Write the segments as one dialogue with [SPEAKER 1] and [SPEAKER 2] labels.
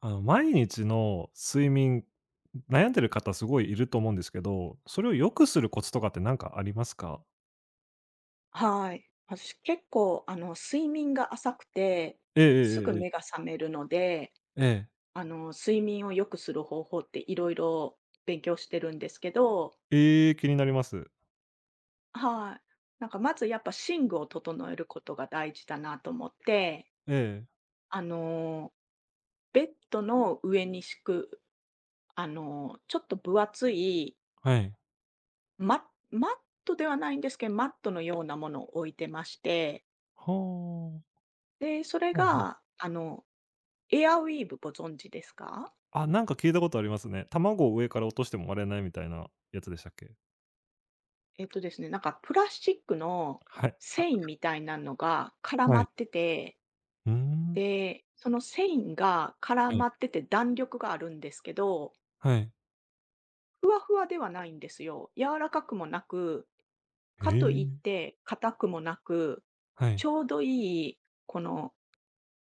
[SPEAKER 1] 毎日の睡眠、悩んでる方すごいいると思うんですけど、それを良くするコツとかって何かありますか？
[SPEAKER 2] はい。私結構、睡眠が浅くて、
[SPEAKER 1] ええ
[SPEAKER 2] すぐ
[SPEAKER 1] えええ
[SPEAKER 2] 目が
[SPEAKER 1] え。
[SPEAKER 2] 覚めるので、
[SPEAKER 1] ええ。
[SPEAKER 2] 睡眠を良くする方法っていろいろ勉強してるんですけど、
[SPEAKER 1] ええ、気になります。
[SPEAKER 2] はい。なんかまずやっぱ寝具を整えることが大事だなと思って、
[SPEAKER 1] ええ、
[SPEAKER 2] あの、ベッドの上に敷く、ちょっと分厚い、
[SPEAKER 1] はい。
[SPEAKER 2] ママットではないんですけど、マットのようなものを置いてまして、
[SPEAKER 1] はあ。
[SPEAKER 2] で、それ
[SPEAKER 1] はあは
[SPEAKER 2] が、
[SPEAKER 1] あ。
[SPEAKER 2] あの、エアウィーヴご存知ですか？
[SPEAKER 1] あ、なんか聞いたことありますね。卵を上から落としても割れないみたいなやつでしたっけ？
[SPEAKER 2] えっとですね、なんかプラスチックの
[SPEAKER 1] はい。あ、
[SPEAKER 2] 繊維みたいなのが絡ま
[SPEAKER 1] はい。
[SPEAKER 2] ってて、
[SPEAKER 1] うーん。
[SPEAKER 2] で、その繊維が絡
[SPEAKER 1] はい。
[SPEAKER 2] まってて弾力があるんですけど、
[SPEAKER 1] はい。
[SPEAKER 2] ふわふわではないんですよ。柔らかくもなく、
[SPEAKER 1] へ
[SPEAKER 2] かといっ
[SPEAKER 1] え。
[SPEAKER 2] て硬くもなく、
[SPEAKER 1] は
[SPEAKER 2] ち
[SPEAKER 1] い。
[SPEAKER 2] ょうどいいこの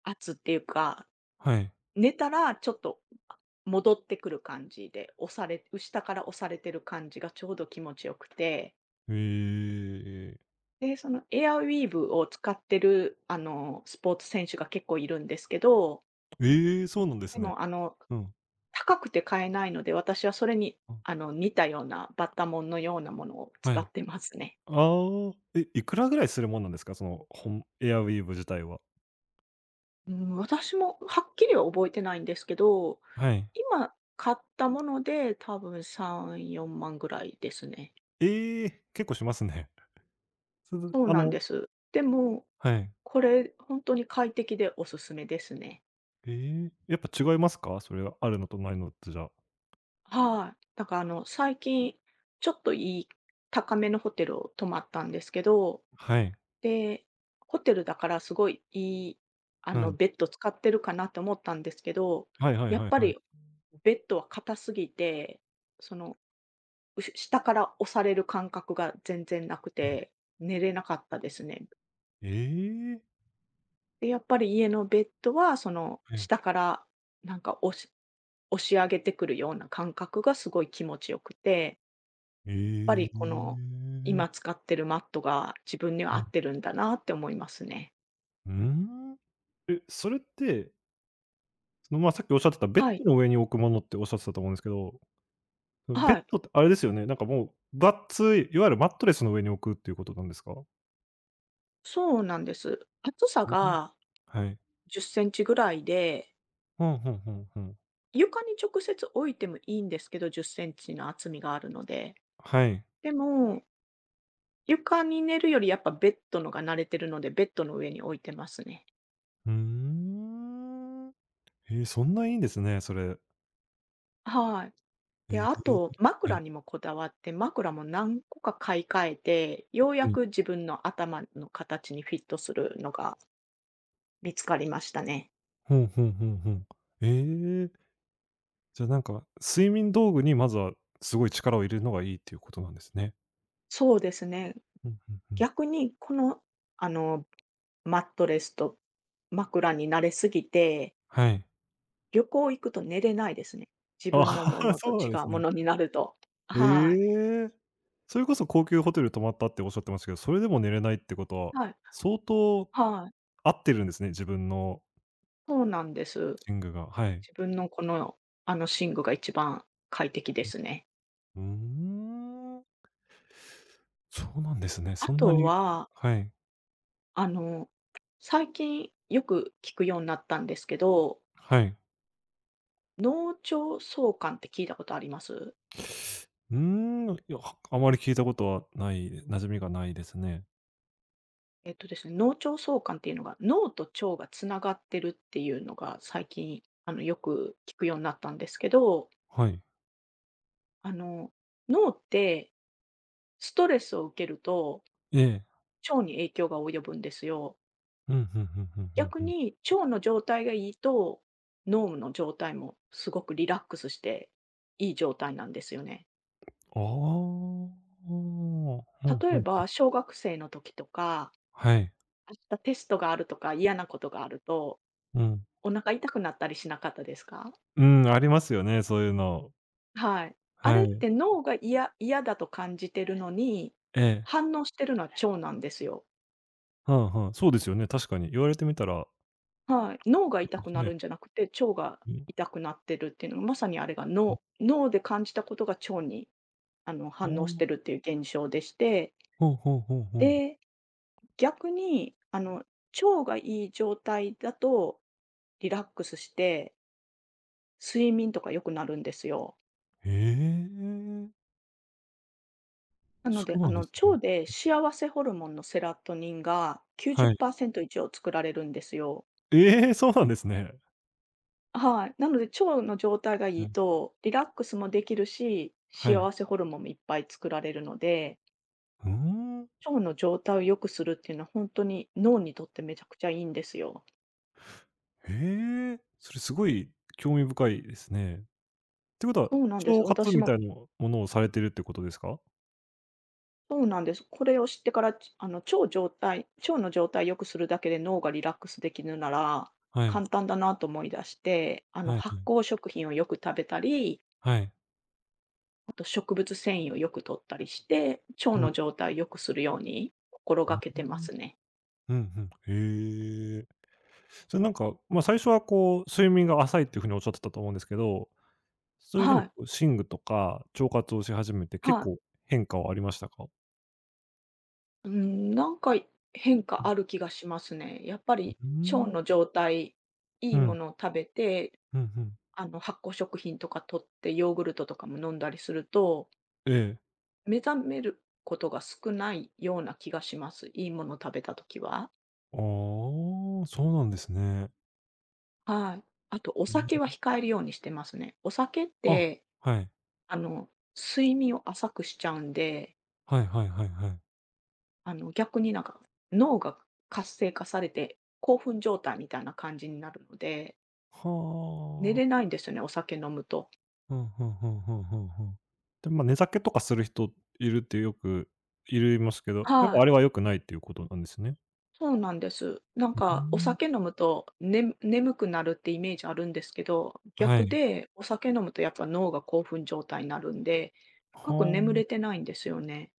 [SPEAKER 2] 圧っていうか、
[SPEAKER 1] はい。
[SPEAKER 2] 寝たらちょっと戻ってくる感じで、押され下から押されてる感じがちょうど気持ちよくて。
[SPEAKER 1] へえ。
[SPEAKER 2] で、そのエアウィーヴを使ってる、スポーツ選手が結構いるんですけど、
[SPEAKER 1] ええ、そうなんで
[SPEAKER 2] で
[SPEAKER 1] すね。
[SPEAKER 2] も、
[SPEAKER 1] うん。
[SPEAKER 2] 高くて買えないので、私はそれに、
[SPEAKER 1] うん。
[SPEAKER 2] 似たようなバッタモンのようなものを
[SPEAKER 1] は
[SPEAKER 2] 使っ
[SPEAKER 1] い。
[SPEAKER 2] てますね。
[SPEAKER 1] ああ、え、いくらぐらいするもんなんですか？その、エアウィーヴ自体は。
[SPEAKER 2] うん、私もはっきりは覚えてないんですけど、
[SPEAKER 1] はい。
[SPEAKER 2] 今買ったもので多分3、4万ぐらいですね。
[SPEAKER 1] ええ、結構しますね。その、
[SPEAKER 2] そう
[SPEAKER 1] あ
[SPEAKER 2] なん
[SPEAKER 1] の
[SPEAKER 2] です。でも、
[SPEAKER 1] はい。
[SPEAKER 2] これ本当に快適でおすすめですね。
[SPEAKER 1] ええ、やっぱ違いますか？それはあるのとないのとじゃ。
[SPEAKER 2] はい。だからあの、最近、ちょっといい高めのホテルを泊まったんですけど、
[SPEAKER 1] はい。
[SPEAKER 2] で、ホテルだからすごいいい、
[SPEAKER 1] うん。
[SPEAKER 2] ベッド使ってるかなって思ったんですけど、
[SPEAKER 1] はいはい
[SPEAKER 2] やっ
[SPEAKER 1] はい
[SPEAKER 2] ぱ
[SPEAKER 1] はい。
[SPEAKER 2] りベッドは硬すぎて、その、下から押される感覚が全然なく
[SPEAKER 1] はい。
[SPEAKER 2] て、寝れなかったですね。
[SPEAKER 1] ええ。
[SPEAKER 2] で、やっぱり家のベッドは、その、
[SPEAKER 1] はい。
[SPEAKER 2] 下からなんか押し上げてくるような感覚がすごい気持ちよくて、ぱ
[SPEAKER 1] え
[SPEAKER 2] りこの、
[SPEAKER 1] え。
[SPEAKER 2] 今使ってるマットが自分には
[SPEAKER 1] は
[SPEAKER 2] 合
[SPEAKER 1] い。
[SPEAKER 2] ってるんだなって思いますね。
[SPEAKER 1] うーん。え、それって、さっきおっしゃってたベッ
[SPEAKER 2] はい。
[SPEAKER 1] ドの上に置くものっておっしゃってたと思うんですけど、そのベッ
[SPEAKER 2] はい。
[SPEAKER 1] ドってあれですよね、なんかもう、ばっつい、いわゆるマットレスの上に置くっていうことなんですか？
[SPEAKER 2] そうなんです。厚さ
[SPEAKER 1] うん。
[SPEAKER 2] が
[SPEAKER 1] はい。
[SPEAKER 2] 10センチぐらいで、
[SPEAKER 1] ほんほんほんほん。
[SPEAKER 2] 床に直接置いてもいいんですけど、10センチの厚みがあるので。
[SPEAKER 1] はい。
[SPEAKER 2] でも、床に寝るよりやっぱベッドのが慣れてるので、ベッドの上に置いてますね。
[SPEAKER 1] ふーん。ええ、そんないいんですね、それ。
[SPEAKER 2] はい。
[SPEAKER 1] え
[SPEAKER 2] で、あと、
[SPEAKER 1] え、
[SPEAKER 2] 枕
[SPEAKER 1] え、
[SPEAKER 2] にもこだわって、枕も何個か買い替えて、よう
[SPEAKER 1] う
[SPEAKER 2] や
[SPEAKER 1] ん。
[SPEAKER 2] く自分の頭の形にフィットするのが見つかりましたね。
[SPEAKER 1] ふんふんふんふん。ええ、じゃ、なんか、睡眠道具にまずはすごい力を入れるのがいいっていうことなんですね。
[SPEAKER 2] そうですね。
[SPEAKER 1] ふんふんふん。
[SPEAKER 2] 逆にこの、あの、マットレスと枕に慣れすぎて、
[SPEAKER 1] はい。
[SPEAKER 2] 旅行行くと寝れないですね。自
[SPEAKER 1] ああ、
[SPEAKER 2] 分のも のと
[SPEAKER 1] そうな
[SPEAKER 2] 違
[SPEAKER 1] んで
[SPEAKER 2] う
[SPEAKER 1] す
[SPEAKER 2] も
[SPEAKER 1] ね。
[SPEAKER 2] のになると。
[SPEAKER 1] え
[SPEAKER 2] はい。
[SPEAKER 1] え。それこそ高級ホテル泊まったっておっしゃってましたけど、それでも寝れないってことは、
[SPEAKER 2] はい。
[SPEAKER 1] 相当
[SPEAKER 2] はい。
[SPEAKER 1] 合ってるんですね、自分の
[SPEAKER 2] そうなんです。
[SPEAKER 1] 寝具が。はい。
[SPEAKER 2] 自分のこの、寝具が一番快適ですね。
[SPEAKER 1] ううーん。そうなんですね。
[SPEAKER 2] あ
[SPEAKER 1] そんな
[SPEAKER 2] と
[SPEAKER 1] に
[SPEAKER 2] は、
[SPEAKER 1] はい、
[SPEAKER 2] あの、最近よく聞くようになったんですけど、
[SPEAKER 1] はい。
[SPEAKER 2] 脳腸相関って聞いたことあります？
[SPEAKER 1] うーん、いや、あまり聞いたことはない、馴染みがないですね。
[SPEAKER 2] えっとですね、脳腸相関っていうのが、脳と腸がつながってるっていうのが最近、よく聞くようになったんですけど、
[SPEAKER 1] はい。
[SPEAKER 2] あの、脳ってストレスを受けると
[SPEAKER 1] ええ。
[SPEAKER 2] 腸に影響が及ぶんですよ。
[SPEAKER 1] うん、ふんふんふんふん
[SPEAKER 2] 逆
[SPEAKER 1] ふん。
[SPEAKER 2] に腸の状態がいいと、脳の状態もすごくリラックスしていい状態なんですよね。
[SPEAKER 1] ああ、うん
[SPEAKER 2] 例
[SPEAKER 1] う
[SPEAKER 2] え
[SPEAKER 1] ん。
[SPEAKER 2] ば小学生の時とか、
[SPEAKER 1] はい。
[SPEAKER 2] 明日テストがあるとか嫌なことがあると、
[SPEAKER 1] うん。
[SPEAKER 2] お腹痛くなったりしなかったですか？
[SPEAKER 1] うん、ありますよね、そういうの。
[SPEAKER 2] はい。あれ
[SPEAKER 1] は
[SPEAKER 2] っ
[SPEAKER 1] い。
[SPEAKER 2] て脳が嫌だと感じてるのに、
[SPEAKER 1] ええ。
[SPEAKER 2] 反応してるのは腸なんですよ。
[SPEAKER 1] はんはんそうですよね、確かに。言われてみたら、
[SPEAKER 2] はい。脳が痛
[SPEAKER 1] そうで
[SPEAKER 2] く
[SPEAKER 1] す
[SPEAKER 2] なる
[SPEAKER 1] ね。
[SPEAKER 2] んじゃなくて、腸が
[SPEAKER 1] うん、
[SPEAKER 2] 痛くなってるっていうのが、まさにあれが脳で感じたことが腸に、
[SPEAKER 1] あ
[SPEAKER 2] 反応して
[SPEAKER 1] あ、
[SPEAKER 2] るっていう現象でして、
[SPEAKER 1] ほうほうほうほう。
[SPEAKER 2] で、逆に、腸がいい状態だと、リラックスして、睡眠とか良くなるんですよ。
[SPEAKER 1] へえ、
[SPEAKER 2] なの
[SPEAKER 1] そ
[SPEAKER 2] で、
[SPEAKER 1] うなんです
[SPEAKER 2] 腸
[SPEAKER 1] ね。
[SPEAKER 2] で幸せホルモンのセラトニンが
[SPEAKER 1] はい。
[SPEAKER 2] 90%以上作られるんですよ。
[SPEAKER 1] ええ、そうなんですね。
[SPEAKER 2] はい。なので腸の状態がいいと、リラックスもできるし、
[SPEAKER 1] はい。
[SPEAKER 2] 幸せホルモンもいっぱい作られるので、
[SPEAKER 1] うーん。
[SPEAKER 2] 腸の状態を良くするっていうのは本当に脳にとってめちゃくちゃいいんですよ。
[SPEAKER 1] へえ、それすごい興味深いですね。ってことは、
[SPEAKER 2] そうなんです。
[SPEAKER 1] 腸活
[SPEAKER 2] 私
[SPEAKER 1] み
[SPEAKER 2] も
[SPEAKER 1] たいなものをされてるってことですか？
[SPEAKER 2] そうなんです。これを知ってから、あの、腸の状態良くするだけで脳がリラックスできるなら、
[SPEAKER 1] はい、
[SPEAKER 2] 簡単だなと思い出して、
[SPEAKER 1] はいは
[SPEAKER 2] 発酵
[SPEAKER 1] い。
[SPEAKER 2] 食品をよく食べたり
[SPEAKER 1] はい。
[SPEAKER 2] あと植物繊維をよく摂ったりして、腸
[SPEAKER 1] うん、
[SPEAKER 2] の
[SPEAKER 1] う
[SPEAKER 2] 状態を良くするように心がけ
[SPEAKER 1] ん、
[SPEAKER 2] てますね。
[SPEAKER 1] うん、うん、へえ。それなんか、最初はこう、睡眠が浅いっていう風におっしゃってたと思うんですけど、そういう風
[SPEAKER 2] は
[SPEAKER 1] にこ
[SPEAKER 2] い、
[SPEAKER 1] う寝具とか腸活をし始めて結
[SPEAKER 2] はい。
[SPEAKER 1] 構変化はありましたか？
[SPEAKER 2] うん、なんか変化
[SPEAKER 1] う
[SPEAKER 2] ある気がしますね。やっぱ
[SPEAKER 1] ん、
[SPEAKER 2] り
[SPEAKER 1] うー
[SPEAKER 2] 腸
[SPEAKER 1] ん。
[SPEAKER 2] の状態、い
[SPEAKER 1] う
[SPEAKER 2] いも
[SPEAKER 1] ん、
[SPEAKER 2] のを食べて、
[SPEAKER 1] うんうん。
[SPEAKER 2] あの発酵食品とか摂ってヨーグルトとかも飲んだりすると、
[SPEAKER 1] ええ。
[SPEAKER 2] 目覚めることが少ないような気がします。いいものを食べたときは。
[SPEAKER 1] ああ、そうなんですね。
[SPEAKER 2] はい。あとお
[SPEAKER 1] え
[SPEAKER 2] 酒
[SPEAKER 1] え。
[SPEAKER 2] は控えるようにしてますね。お酒っ
[SPEAKER 1] あ、
[SPEAKER 2] て、
[SPEAKER 1] はい。
[SPEAKER 2] あの睡眠を浅くしちゃうんで
[SPEAKER 1] はいはいはいはい。
[SPEAKER 2] あの、逆になんか、脳が活性化されて、興奮状態みたいな感じになるので、寝
[SPEAKER 1] はあ。
[SPEAKER 2] れないんですよね、お酒飲むと。
[SPEAKER 1] うんうんうんうんうんうん。で、寝酒とかする人いるってよくいますけど、やっ
[SPEAKER 2] は
[SPEAKER 1] ぱ
[SPEAKER 2] い。
[SPEAKER 1] あれは良くないっていうことなんですね。
[SPEAKER 2] そうなんです。なん
[SPEAKER 1] うー
[SPEAKER 2] か、お
[SPEAKER 1] ん、
[SPEAKER 2] 酒飲むと、眠くなるってイメージあるんですけど、
[SPEAKER 1] は
[SPEAKER 2] 逆
[SPEAKER 1] い。
[SPEAKER 2] で、お酒飲むとやっぱ脳が興奮状態になるんで、深く眠
[SPEAKER 1] は
[SPEAKER 2] れてないんですよね。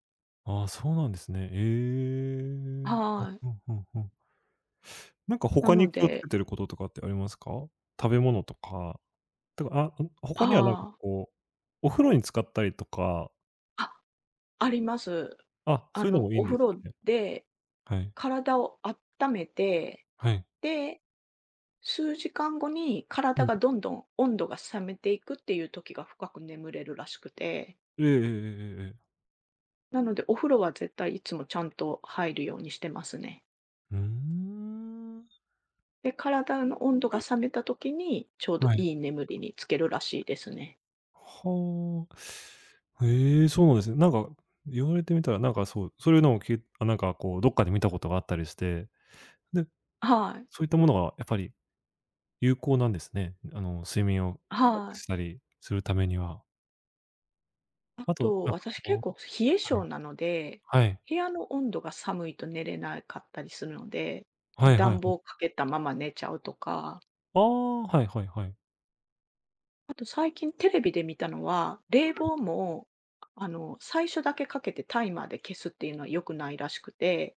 [SPEAKER 1] あ。ああ、そうなんですね。ええ。うん
[SPEAKER 2] はい。
[SPEAKER 1] うんうんうん。なんか
[SPEAKER 2] な
[SPEAKER 1] 他に
[SPEAKER 2] の
[SPEAKER 1] 気をつ
[SPEAKER 2] で
[SPEAKER 1] けてることとかってありますか？食べ物とか、あ、うん、他にはなんか
[SPEAKER 2] ああ、
[SPEAKER 1] こう、お風呂に浸かったりとか、
[SPEAKER 2] あ、あります。
[SPEAKER 1] あ、そういうのもいい
[SPEAKER 2] お
[SPEAKER 1] んで
[SPEAKER 2] 風
[SPEAKER 1] すか
[SPEAKER 2] 呂
[SPEAKER 1] ね？
[SPEAKER 2] で
[SPEAKER 1] はい。
[SPEAKER 2] 体を温めて、
[SPEAKER 1] はい。
[SPEAKER 2] で数時間後に
[SPEAKER 1] う
[SPEAKER 2] 体
[SPEAKER 1] ん。
[SPEAKER 2] がどんどん温度が冷めていくっていう時が深く眠れるらしくて、
[SPEAKER 1] ええええええええ。
[SPEAKER 2] なのでお風呂は絶対いつもちゃんと入るようにしてますね。
[SPEAKER 1] うーん。
[SPEAKER 2] で、体の温度が
[SPEAKER 1] はい。
[SPEAKER 2] 冷めた時にちょうど
[SPEAKER 1] はい。
[SPEAKER 2] いい眠りにつけるらしいですね。
[SPEAKER 1] はあ。へえ、そうなんですね。なんか、言われてみたら、なんかそう、そういうのをきあ、なんかこう、どっかで見たことがあったりして、で、
[SPEAKER 2] はい。
[SPEAKER 1] そういったものがやっぱり有効なんですね。睡眠を深
[SPEAKER 2] は
[SPEAKER 1] くした
[SPEAKER 2] い。
[SPEAKER 1] りするためには。
[SPEAKER 2] あ
[SPEAKER 1] あと、
[SPEAKER 2] と、
[SPEAKER 1] なんか
[SPEAKER 2] 私結
[SPEAKER 1] こう
[SPEAKER 2] 構冷え
[SPEAKER 1] は
[SPEAKER 2] 性
[SPEAKER 1] い。
[SPEAKER 2] なので、
[SPEAKER 1] はい。
[SPEAKER 2] 部屋の温度が寒いと寝れなかったりするので、
[SPEAKER 1] はいはいは
[SPEAKER 2] 暖房
[SPEAKER 1] い。
[SPEAKER 2] かけたまま寝ちゃうとか
[SPEAKER 1] ああ、はいはいはい。
[SPEAKER 2] あと最近テレビで見たのは、
[SPEAKER 1] は
[SPEAKER 2] 冷
[SPEAKER 1] い。
[SPEAKER 2] 房も、最初だけかけてタイマーで消すっていうのは良くないらしくて、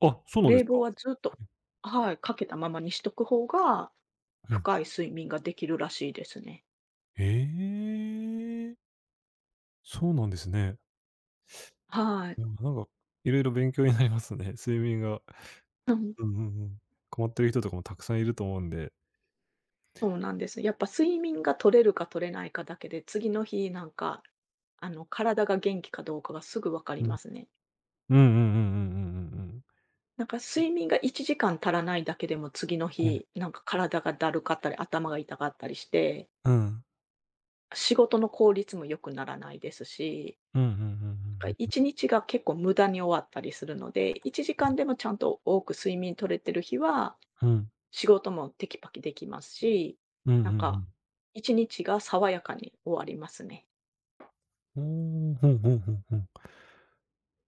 [SPEAKER 1] あ、そうなんです
[SPEAKER 2] 冷房
[SPEAKER 1] か。
[SPEAKER 2] はずっ
[SPEAKER 1] は
[SPEAKER 2] と
[SPEAKER 1] い。
[SPEAKER 2] はい、かけたままにしとく方が、
[SPEAKER 1] うん。
[SPEAKER 2] 深い睡眠ができるらしいですね。
[SPEAKER 1] ええ、そうなんですね。
[SPEAKER 2] はい。
[SPEAKER 1] でもなんか、いろいろ勉強になりますね。睡眠が
[SPEAKER 2] うん、
[SPEAKER 1] うんうんうん。困ってる人とかもたくさんいると思うんで。
[SPEAKER 2] そうなんです。やっぱ睡眠が取れるか取れないかだけで、次の日なんか、体が元気かどうかがすぐわか
[SPEAKER 1] う
[SPEAKER 2] りま
[SPEAKER 1] ん。
[SPEAKER 2] すね。
[SPEAKER 1] うんうんうんうんうんうんうん。
[SPEAKER 2] なんか
[SPEAKER 1] え、
[SPEAKER 2] 睡眠が1時間足らないだけでも、次の
[SPEAKER 1] はい。
[SPEAKER 2] 日、なんか体がだるかったり、頭が痛かったりして
[SPEAKER 1] うん
[SPEAKER 2] 仕事の効率も良くならないですし、
[SPEAKER 1] えうんうんう
[SPEAKER 2] なんか
[SPEAKER 1] んう
[SPEAKER 2] 1
[SPEAKER 1] ん
[SPEAKER 2] 日が結構無駄に終わったりするので、1時間でもちゃんと多く睡眠取れてる日は、
[SPEAKER 1] うん。うん。
[SPEAKER 2] 仕事もテキパキできますし、
[SPEAKER 1] うんうんう
[SPEAKER 2] なんか
[SPEAKER 1] ん。
[SPEAKER 2] 1日が爽やかに終わりますね。
[SPEAKER 1] うーん、ふんふんふんふん。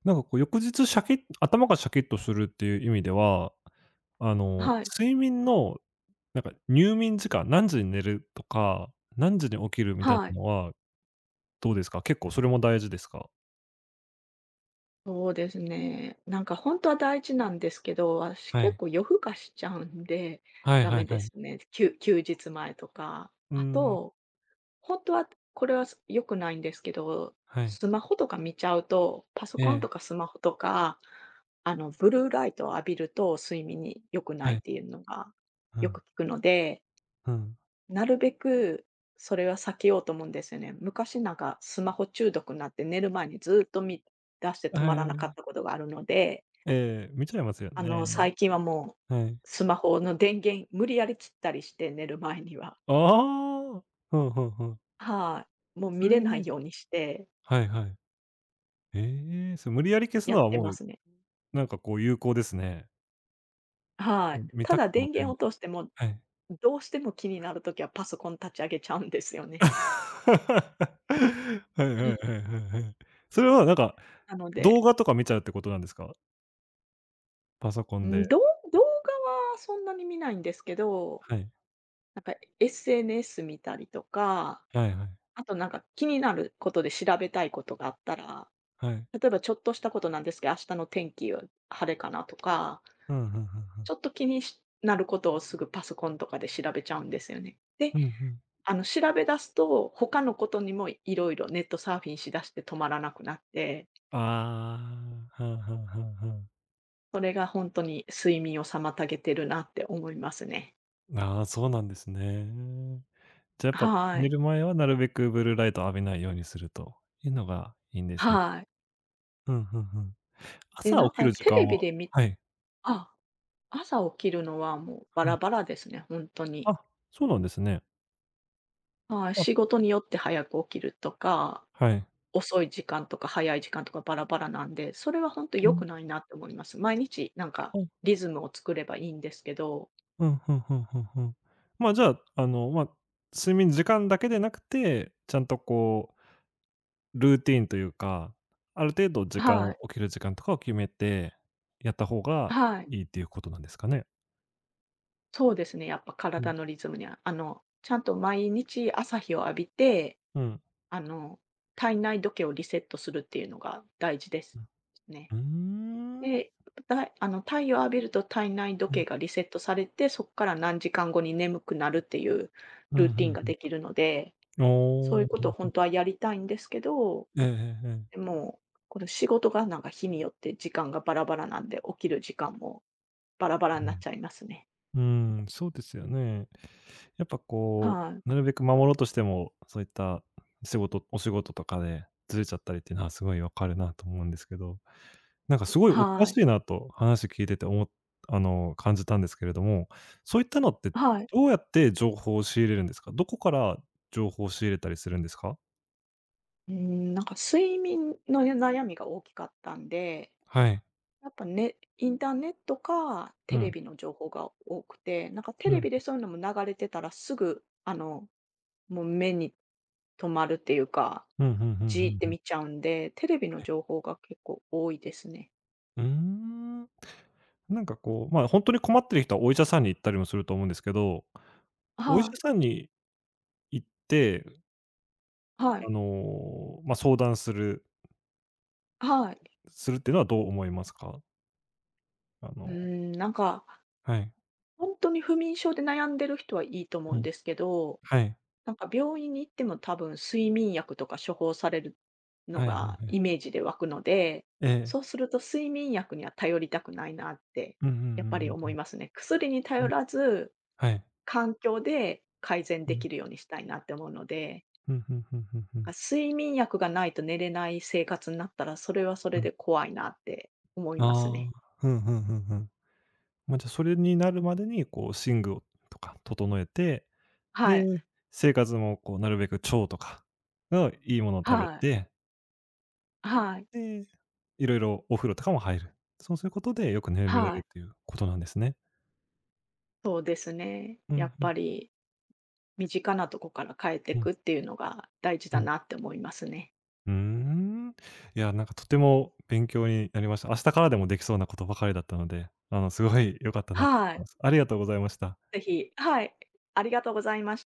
[SPEAKER 1] なんかこう翌日シャキッ頭がシャキッとするっていう意味では、あの、
[SPEAKER 2] はい、
[SPEAKER 1] 睡眠のなんか入眠時間、何時に寝るとか、何時に起きるみたいな
[SPEAKER 2] はい。
[SPEAKER 1] のはどうですか？結構それも大事ですか？
[SPEAKER 2] そうですね。なんか本当は大事なんですけど、私
[SPEAKER 1] は
[SPEAKER 2] 結
[SPEAKER 1] い。
[SPEAKER 2] 構夜更かしちゃうんで、
[SPEAKER 1] はい
[SPEAKER 2] ダ
[SPEAKER 1] は
[SPEAKER 2] メ
[SPEAKER 1] い
[SPEAKER 2] で
[SPEAKER 1] はい。
[SPEAKER 2] すね。休日前とか。
[SPEAKER 1] うー
[SPEAKER 2] あ
[SPEAKER 1] ん、
[SPEAKER 2] と本当は、これは、良くないんですけど、
[SPEAKER 1] はい。
[SPEAKER 2] スマホとか見ちゃうと、パソ
[SPEAKER 1] え
[SPEAKER 2] コン
[SPEAKER 1] え、
[SPEAKER 2] とかスマホとか、ブルーライトを浴びると睡眠に良くな
[SPEAKER 1] は
[SPEAKER 2] いっ
[SPEAKER 1] い。
[SPEAKER 2] ていうのが
[SPEAKER 1] う
[SPEAKER 2] よく
[SPEAKER 1] ん、
[SPEAKER 2] 聞くので、
[SPEAKER 1] うん。
[SPEAKER 2] なるべくそれは避けようと思うんですよね。昔なんかスマホ中毒になって寝る前にずっと見出して
[SPEAKER 1] は
[SPEAKER 2] 止まらなか
[SPEAKER 1] い
[SPEAKER 2] ったことがあるので、
[SPEAKER 1] ええ、見ちゃいますよね。
[SPEAKER 2] 最近はもう
[SPEAKER 1] はい。
[SPEAKER 2] スマホの電源無理やり切ったりして、寝る前には。
[SPEAKER 1] ああ、ふんふんふん。
[SPEAKER 2] はい。もう
[SPEAKER 1] そ
[SPEAKER 2] 見れ
[SPEAKER 1] れ
[SPEAKER 2] な
[SPEAKER 1] なん
[SPEAKER 2] い
[SPEAKER 1] か
[SPEAKER 2] ようにして
[SPEAKER 1] はいはい。ええ、それ無理やり消す
[SPEAKER 2] や
[SPEAKER 1] の
[SPEAKER 2] っ
[SPEAKER 1] は
[SPEAKER 2] て
[SPEAKER 1] も
[SPEAKER 2] ま
[SPEAKER 1] う、
[SPEAKER 2] すね。
[SPEAKER 1] なんかこう有効ですね。
[SPEAKER 2] は
[SPEAKER 1] う
[SPEAKER 2] い。
[SPEAKER 1] ん、見
[SPEAKER 2] た
[SPEAKER 1] たく
[SPEAKER 2] だ
[SPEAKER 1] ても
[SPEAKER 2] 電
[SPEAKER 1] 見れない。
[SPEAKER 2] 源を通しても、
[SPEAKER 1] はい。
[SPEAKER 2] どうしても気になるときはパソコン立ち上げちゃうんですよ ね。
[SPEAKER 1] はいはいはい はいはい。それはなんか、
[SPEAKER 2] なの
[SPEAKER 1] 動
[SPEAKER 2] で、
[SPEAKER 1] 画とか見ちゃうってことなんですか？パソコ
[SPEAKER 2] う
[SPEAKER 1] ン
[SPEAKER 2] ん、
[SPEAKER 1] で。
[SPEAKER 2] 動画はそんなに見ないんですけど、
[SPEAKER 1] はい。
[SPEAKER 2] なんか SNS 見たりとか、
[SPEAKER 1] はいはい。
[SPEAKER 2] あとなんか気になることで調べたいことがあったら、
[SPEAKER 1] はい。
[SPEAKER 2] 例えばちょっとしたことなんですけど、明日の天気は晴れかなとか、
[SPEAKER 1] ふんふんふんふ
[SPEAKER 2] ち
[SPEAKER 1] ん。
[SPEAKER 2] ょっと気にしなることをすぐパソコンとかで調べちゃうんですよね。で、
[SPEAKER 1] うんうん。
[SPEAKER 2] 調べ出すと、他のことにもいろいろネットサーフィンしだして止まらなくなって、
[SPEAKER 1] ああ、はんはんはんはん
[SPEAKER 2] それが本当に睡眠を妨げてるなって思いますね。
[SPEAKER 1] ああ、そうなんですね。じゃ、やっぱ
[SPEAKER 2] は
[SPEAKER 1] 寝
[SPEAKER 2] い。
[SPEAKER 1] る前はなるべくブルーライトを浴びないようにするというのがいいんですね。
[SPEAKER 2] はい。
[SPEAKER 1] うん、うんうん。
[SPEAKER 2] で、
[SPEAKER 1] 朝起
[SPEAKER 2] なん
[SPEAKER 1] き
[SPEAKER 2] か
[SPEAKER 1] る時
[SPEAKER 2] テ
[SPEAKER 1] 間
[SPEAKER 2] レ
[SPEAKER 1] は
[SPEAKER 2] ビでみ
[SPEAKER 1] はい、
[SPEAKER 2] あ、朝起きるのはもうバ
[SPEAKER 1] はい。
[SPEAKER 2] ラバラですね、本当に。
[SPEAKER 1] あ、そうなんですね。
[SPEAKER 2] はい、
[SPEAKER 1] あ、
[SPEAKER 2] 仕事によって早く起きるとか、
[SPEAKER 1] はい。
[SPEAKER 2] 遅い時間とか早い時間とかバラバラなんで、それは本当と
[SPEAKER 1] う
[SPEAKER 2] 良
[SPEAKER 1] ん、
[SPEAKER 2] くないなって思います。毎日なんか
[SPEAKER 1] あ、
[SPEAKER 2] リズムを作ればいいんですけど。
[SPEAKER 1] うん、ふんふんふんふん。じゃあ、睡眠時間だけでなくて、ちゃんとこうルーティンというか、ある程度時間
[SPEAKER 2] は
[SPEAKER 1] を
[SPEAKER 2] い、
[SPEAKER 1] 起きる時間とかを決めてやった方が
[SPEAKER 2] はい。
[SPEAKER 1] いいっていうことなんですかね？
[SPEAKER 2] そうですね、やっぱ
[SPEAKER 1] う
[SPEAKER 2] 体
[SPEAKER 1] ん、
[SPEAKER 2] のリズムには、ちゃんと毎日朝日を浴びて、
[SPEAKER 1] うん、
[SPEAKER 2] あの、体内時計をリセットするっていうのが大事で
[SPEAKER 1] う
[SPEAKER 2] す
[SPEAKER 1] ん。
[SPEAKER 2] ね。
[SPEAKER 1] うーん。
[SPEAKER 2] で、だあの、太陽を浴びると体内時
[SPEAKER 1] うん、
[SPEAKER 2] 計がリセットされて、そこから何時間後に眠くなるっていう
[SPEAKER 1] う
[SPEAKER 2] ル
[SPEAKER 1] ん、
[SPEAKER 2] ー
[SPEAKER 1] んう
[SPEAKER 2] ティンが
[SPEAKER 1] ん。
[SPEAKER 2] できるので、そうい
[SPEAKER 1] お
[SPEAKER 2] う
[SPEAKER 1] お、
[SPEAKER 2] ことを本当はやりたいんですけど、
[SPEAKER 1] ええええええ。
[SPEAKER 2] でも、この仕事がなんか日によって時間がバラバラなんで、起きる時間もバラバラになっちゃいますね。
[SPEAKER 1] うん。うん、そうですよね。やっぱこ
[SPEAKER 2] はい。
[SPEAKER 1] う、なるべく守ろうとしても、そういったお仕事とかでずれちゃったりっていうのはすごいわかるなと思うんですけど、なんかすごいお詳
[SPEAKER 2] は
[SPEAKER 1] し
[SPEAKER 2] い。
[SPEAKER 1] いなと話聞いてておもあの、感じたんですけれども、そういったのって
[SPEAKER 2] はい。
[SPEAKER 1] どうやって情報を仕入れるんですか？どこから情報を仕入れたりするんですか？
[SPEAKER 2] うん、なんか睡眠のね悩みが大きかったんで、
[SPEAKER 1] はい。
[SPEAKER 2] やっぱね、インターネットか
[SPEAKER 1] う
[SPEAKER 2] テレ
[SPEAKER 1] ん。
[SPEAKER 2] ビの情報が多くて、なんかテ
[SPEAKER 1] う
[SPEAKER 2] レ
[SPEAKER 1] ん。
[SPEAKER 2] ビでそういうのも流れてたらすぐ、もう目に留まるっていうか、
[SPEAKER 1] うん、ふんふん
[SPEAKER 2] じ
[SPEAKER 1] ふ
[SPEAKER 2] ーっ
[SPEAKER 1] ん
[SPEAKER 2] て
[SPEAKER 1] ふん。
[SPEAKER 2] 見ちゃうんで、テレビの情報が結構多いですね。
[SPEAKER 1] うーん。なんかこう、まあ、ほんとに困ってる人はお医者さんに行ったりもすると思うんですけど、お医
[SPEAKER 2] は
[SPEAKER 1] 者
[SPEAKER 2] い、
[SPEAKER 1] さんに行って、
[SPEAKER 2] はい、
[SPEAKER 1] 相談する
[SPEAKER 2] はい。
[SPEAKER 1] するっていうのはどう思いますか？あ
[SPEAKER 2] う
[SPEAKER 1] の
[SPEAKER 2] ん、なんか、
[SPEAKER 1] はい。
[SPEAKER 2] 本当に不眠症で悩んでる人はいいと思う
[SPEAKER 1] う
[SPEAKER 2] ん
[SPEAKER 1] ん。
[SPEAKER 2] ですけど、
[SPEAKER 1] はい。
[SPEAKER 2] なんか病院に行っても多分睡眠薬とか処方されるの
[SPEAKER 1] はいはいは
[SPEAKER 2] が
[SPEAKER 1] い。
[SPEAKER 2] イメージで湧くので、
[SPEAKER 1] え
[SPEAKER 2] そ
[SPEAKER 1] え。
[SPEAKER 2] うすると睡眠薬には頼りたくないなって
[SPEAKER 1] うんうん
[SPEAKER 2] やっぱり
[SPEAKER 1] うん
[SPEAKER 2] 思
[SPEAKER 1] う
[SPEAKER 2] い
[SPEAKER 1] ん。
[SPEAKER 2] ますね。薬に
[SPEAKER 1] う
[SPEAKER 2] 頼
[SPEAKER 1] ん。うん。
[SPEAKER 2] らず、
[SPEAKER 1] はい。
[SPEAKER 2] 環境で改善
[SPEAKER 1] う
[SPEAKER 2] で
[SPEAKER 1] ん。
[SPEAKER 2] きるようにしたいなって思うので、
[SPEAKER 1] ふんふんふんふんふ
[SPEAKER 2] あ、
[SPEAKER 1] ん。
[SPEAKER 2] 睡眠薬がないと寝れない生活になったら、それはそれ
[SPEAKER 1] うん。
[SPEAKER 2] で怖いなって思います
[SPEAKER 1] ああ、
[SPEAKER 2] ね。
[SPEAKER 1] ふんふんふんふん。じゃ、それになるまでに、こう、寝具をとか整えて、
[SPEAKER 2] は
[SPEAKER 1] で、
[SPEAKER 2] い、
[SPEAKER 1] 生活もこうなるべく腸とかのいいものを食べ
[SPEAKER 2] はい、
[SPEAKER 1] て
[SPEAKER 2] はい、
[SPEAKER 1] で、いろいろお風呂とかも入る。そうすることでよく眠れ
[SPEAKER 2] は
[SPEAKER 1] る
[SPEAKER 2] い、
[SPEAKER 1] っていうことなんですね。
[SPEAKER 2] そうですね。
[SPEAKER 1] う
[SPEAKER 2] や
[SPEAKER 1] ん、
[SPEAKER 2] っ
[SPEAKER 1] うん、
[SPEAKER 2] ぱり身近なとこから変えてい
[SPEAKER 1] う
[SPEAKER 2] く
[SPEAKER 1] ん、
[SPEAKER 2] っていうのが大事
[SPEAKER 1] う
[SPEAKER 2] だ
[SPEAKER 1] ん。
[SPEAKER 2] なって思いますね。
[SPEAKER 1] うーん。いや、なんかとても勉強になりました。明日からでもできそうなことばかりだったので、すごい良かったなと思
[SPEAKER 2] は
[SPEAKER 1] い
[SPEAKER 2] い。
[SPEAKER 1] ます。ありがとうございました。
[SPEAKER 2] ぜひはい。ありがとうございました。